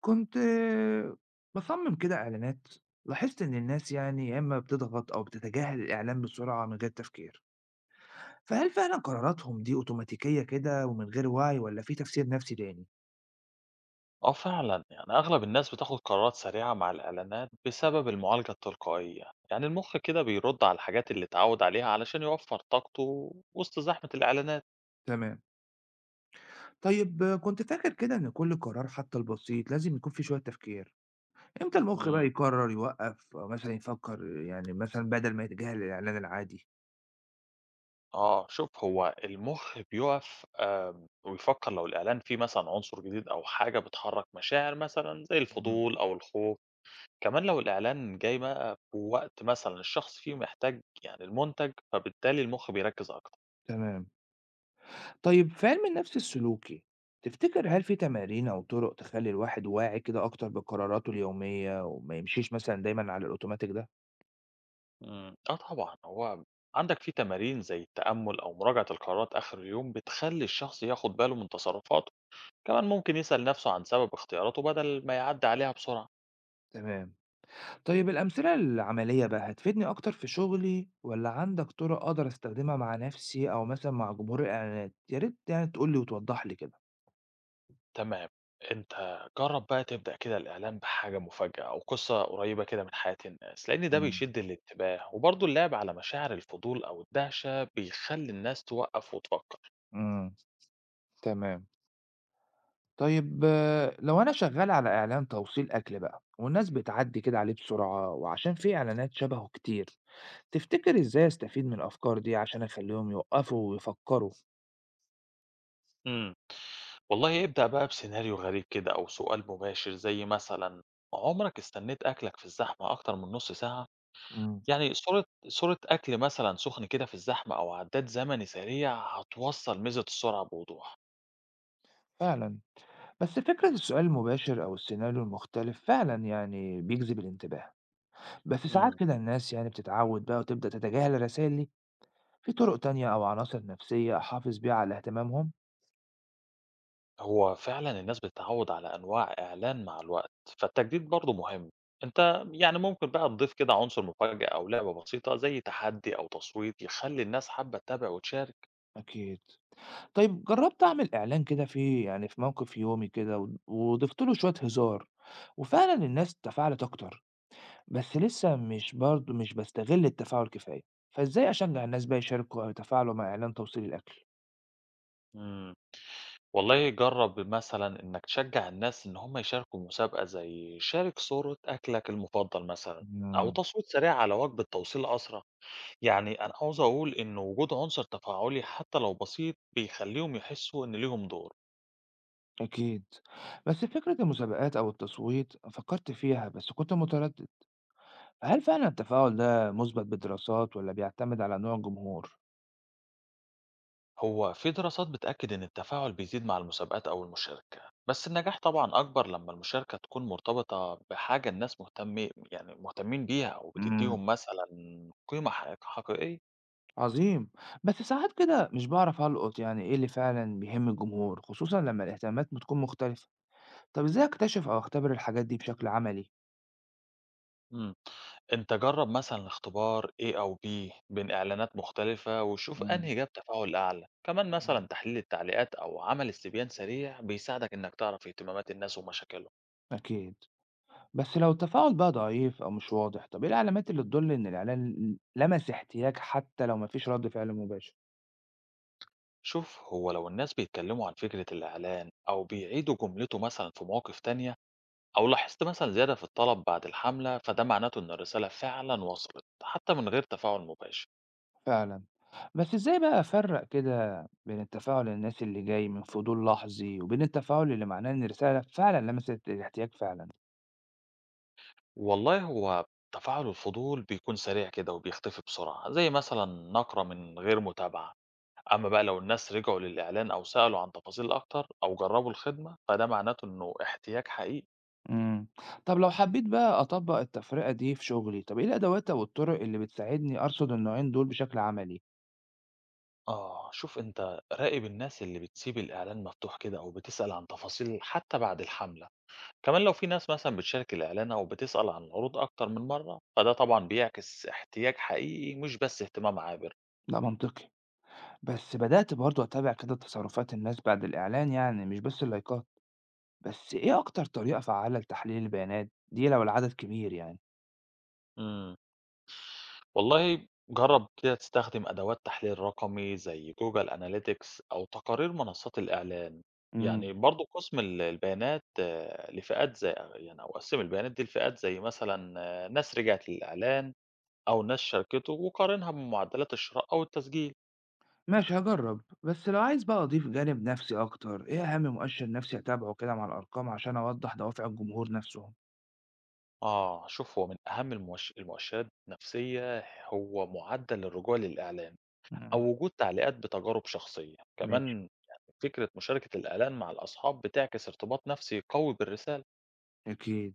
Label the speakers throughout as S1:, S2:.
S1: كنت باصمم كده إعلانات، لاحظت إن الناس يعني يا إما بتضغط أو بتتجاهل الإعلان بسرعة من غير تفكير، فهل فعلًا قراراتهم دي أوتوماتيكية كده ومن غير وعي والّا في تفسير نفسي تاني؟
S2: آه فعلًا، يعني أغلب الناس بتاخد قرارات سريعة مع الإعلانات بسبب المعالجة التلقائية، يعني المخ كده بيرد على الحاجات اللي اتعود عليها علشان يوفّر طاقته وسط زحمة الإعلانات.
S1: تمام، طيب كنت فاكر كده إن كل قرار حتى البسيط لازم يكون فيه شوية تفكير، إمتى المخ بقى
S2: إمم.
S1: يقرر يوقف أو مثلًا يفكر يعني مثلًا بدل ما يتجاهل الإعلان العادي؟
S2: آه، شوف هو المخ بيُقف ويفكّر لو الإعلان فيه مثلًا عنصر جديد أو حاجة بتحرّك مشاعر مثلًا زي
S1: إمم،
S2: الفضول أو الخوف، كمان لو الإعلان جاي بقى في وقت مثلًا الشخص فيه محتاج يعني المنتج، فبالتالي المخ بيركّز أكتر.
S1: تمام. طيب في علم النفس السلوكي، تفتكر هل في تمارين أو طرق تخلي الواحد واعي كده أكتر بقراراته اليومية وما يمشيش مثلا دايما على الأوتوماتيك ده؟
S2: إمم. آه طبعًا، هو عندك في تمارين زي التأمُّل أو مراجعة القرارات آخر اليوم بتخلّي الشخص ياخد باله من تصرفاته، كمان ممكن يسأل نَفْسه عن سبب اختياراته بدل ما يعدّي عليها بسرعة.
S1: تمام، طيب الأمثلة العملية بقى هتفيدني أكتر في شغلي ولا عندك طرق أقدر أستخدمها مع نفسي أو مثلا مع جمهور الإعلانات؟ يا ريت يعني تقول لي وتوضح لي كده.
S2: تمام، أنت جرّب بقى تبدأ كده الإعلان بحاجة مفاجأة أو قِصّة قريّبة كده من حياة الناس، لإن ده بيشِد الانتباه وبرضه اللعب على مشاعر الفضول أو الدهشة بيخلّي الناس توقّف وتفكّر.
S1: امم، تمام. طيب لو أنا شغال على إعلان توصيل أكل بقى والناس بتعدي كده عليه بسرعة وعشان في إعلانات شبهه كتير، تفتكر إزاي أستفيد من الأفكار دي عشان أخليهم يوقفوا ويفكروا؟
S2: إمم. والله ابدأ بقى بسيناريو غريب كده أو سؤال مباشر زي مثلًا عمرك استنّيت أكلك في الزحمة أكتر من نُص ساعة؟
S1: مم.
S2: يعني صورة أكل مثلًا سُخن كده في الزحمة أو عدّاد زمني سريع هتوصّل ميزة السرعة بوضوح.
S1: فعلا، بس فكرة السؤال المباشر أو السيناريو المختلف فعلا يعني بيجذب الانتباه، بس ساعات
S2: إمم.
S1: كده الناس يعني بتتعود بقى وتبدأ تتجاهل الرسائل دي، في طرق تانية أو عناصر نفسية أحافظ بيها على اهتمامهم؟
S2: هو فعلًا الناس بتتعوّد على أنواع إعلان مع الوقت، فالتجديد برضه مهم. أنت يعني ممكن بقى تضيف كده عنصر مفاجأة أو لعبة بسيطة زي تحدي أو تصويت يخلّي الناس حابة تتابع وتشارك.
S1: أكيد. طيب جرّبت أعمل إعلان كده في يعني في موقف يومي كده وضِفت له شوية هزار، وفعلًا الناس تفاعلت أكتر، بس لسه مش برضه مش باستغل التفاعل كفاية، فإزاي أشجّع الناس بقى يشاركوا أو يتفاعلوا مع إعلان توصيل الأكل؟
S2: إمم. والله جرّب مثلًا إنّك تشجّع الناس إن هم يشاركوا مسابقة زي شارك صورة أكلك المفضل مثلًا، أو
S1: إمم.
S2: تصويت سريع على وجبة توصيل أسرع، يعني أنا عاوز أقول إن وجود عنصر تفاعلي حتى لو بسيط بيخلّيهم يحسّوا إن ليهم دور،
S1: أكيد، بس فكرة المسابقات أو التصويت فكّرت فيها بس كنت متردد، فهل فعلًا التفاعل ده مُثبت بدراسات والّا بيعتمد على نوع الجمهور؟
S2: هو في دراسات بتأكد إن التفاعل بيزيد مع المسابقات أو المشاركة، بس النجاح طبعًا أكبر لمّا المشاركة تكون مرتبطة بحاجة الناس مهتمين بيها أو
S1: إمم.
S2: بتدّيهم مثلًا قيمة حقيقية.
S1: عظيم، بس ساعات كده مش باعرف ألقط يعني إيه اللي فعلًا بيهم الجمهور، خصوصًا لما الاهتمامات بتكون مختلفة، طب إزاي أكتشف أو أختبر الحاجات دي بشكل عملي؟
S2: إمم. أنت جرّب مثلًا اختبار A أو B بين إعلانات مختلفة وشوف
S1: إمم،
S2: أنهي جاب تفاعل أعلى. كمان مثلًا
S1: إمم.
S2: تحليل التعليقات أو عمل استبيان سريع بيساعدك إنك تعرف اهتمامات الناس ومشاكلهم.
S1: أكيد، بس لو التفاعل بقى ضعيف أو مش واضح، طب إيه العلامات اللي تدل إن الإعلان لمس احتياج حتى لو ما فيش رد فعل مباشر؟
S2: شوف هو لو الناس بيتكلموا عن فكرة الإعلان أو بيعيدوا جملته مثلًا في مواقف تانية أو لاحظت مثلًا زيادة في الطلب بعد الحملة، فده معناته إن الرسالة فعلًا وصلت حتى من غير تفاعل مباشر.
S1: فعلًا، بس إزاي بقى أفرق كده بين التفاعل الناس اللي جاي من فضول لحظي وبين التفاعل اللي معناه إن الرسالة فعلًا لمست الاحتياج فعلًا؟
S2: والله هو تفاعل الفضول بيكون سريع كده وبيختفي بسرعة، زي مثلًا نقرة من غير متابعة. أمّا بقى لو الناس رجعوا للإعلان أو سألوا عن تفاصيل أكتر أو جرّبوا الخدمة، فده معناته إنه احتياج حقيقي.
S1: إمم. طب لو حبيت بقى أطبّق التفرقة دي في شغلي، طب إيه الأدوات أو الطُرق اللي بتساعدني أرصد النوعين دول بشكل عملي؟
S2: آه، شوف أنت راقب الناس اللي بتسيب الإعلان مفتوح كده أو بتسأل عن تفاصيل حتى بعد الحملة. كمان لو في ناس مثلًا بتشارك الإعلان أو بتسأل عن العروض أكتر من مرّة، فده طبعًا بيعكس احتياج حقيقي مش بس اهتمام عابر.
S1: ده منطقي، بس بدأت برضه أتابع كده تصرفات الناس بعد الإعلان يعني مش بس اللايكات، بس إيه أكتر طريقة فعّالة لتحليل البيانات دي لو العدد كبير يعني؟
S2: إمم. والله جرّب كده تستخدم أدوات تحليل رقمي زي Google Analytics أو تقارير منصات الإعلان،
S1: إمم،
S2: يعني برضه قسم ال البيانات آه، لفئات زي يعني أو قسّم البيانات دي لفئات زي مثلًا ناس رجعت للإعلان أو ناس شاركته وقارنها بمعدلات الشراء أو التسجيل.
S1: ماشي، هاجرّب، بس لو عايز بقى أضيف جانب نفسي أكتر، إيه أهم مؤشر نفسي أتابعه كده مع الأرقام عشان أوضّح دوافع الجمهور نفسهم؟
S2: آه، شوف هو من أهم المؤشرات النفسية هو معدل الرجوع للإعلان. أو
S1: إمم،
S2: وجود تعليقات بتجارب شخصية،
S1: ماشي،
S2: كمان يعني فكرة مشاركة الآلام مع الأصحاب بتعكس ارتباط نفسي قوي بالرسالة.
S1: أكيد.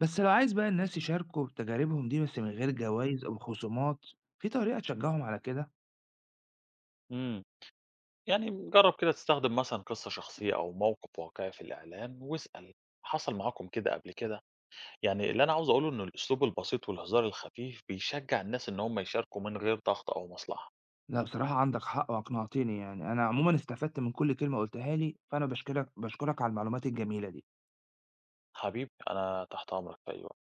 S1: بس لو عايز بقى الناس يشاركوا بتجاربهم دي بس من غير جوائز أو خصومات، في طريقة تشجعهم على كده؟
S2: إمم، يعني جرب كده تستخدم مثلًا قصة شخصية أو موقف واقعي في الإعلان واسأل حصل معاكم كده قبل كده؟ يعني اللي أنا عاوز أقوله إن الأسلوب البسيط والهزار الخفيف بيشجع الناس إن هم يشاركوا من غير ضغط أو مصلحة.
S1: لا، بصراحة عندك حق وأقنعتني، يعني أنا عموما استفدت من كل كلمة قلتها لي، فأنا بشكرك على المعلومات الجميلة دي.
S2: حبيبي أنا تحت أمرك في أي وقت.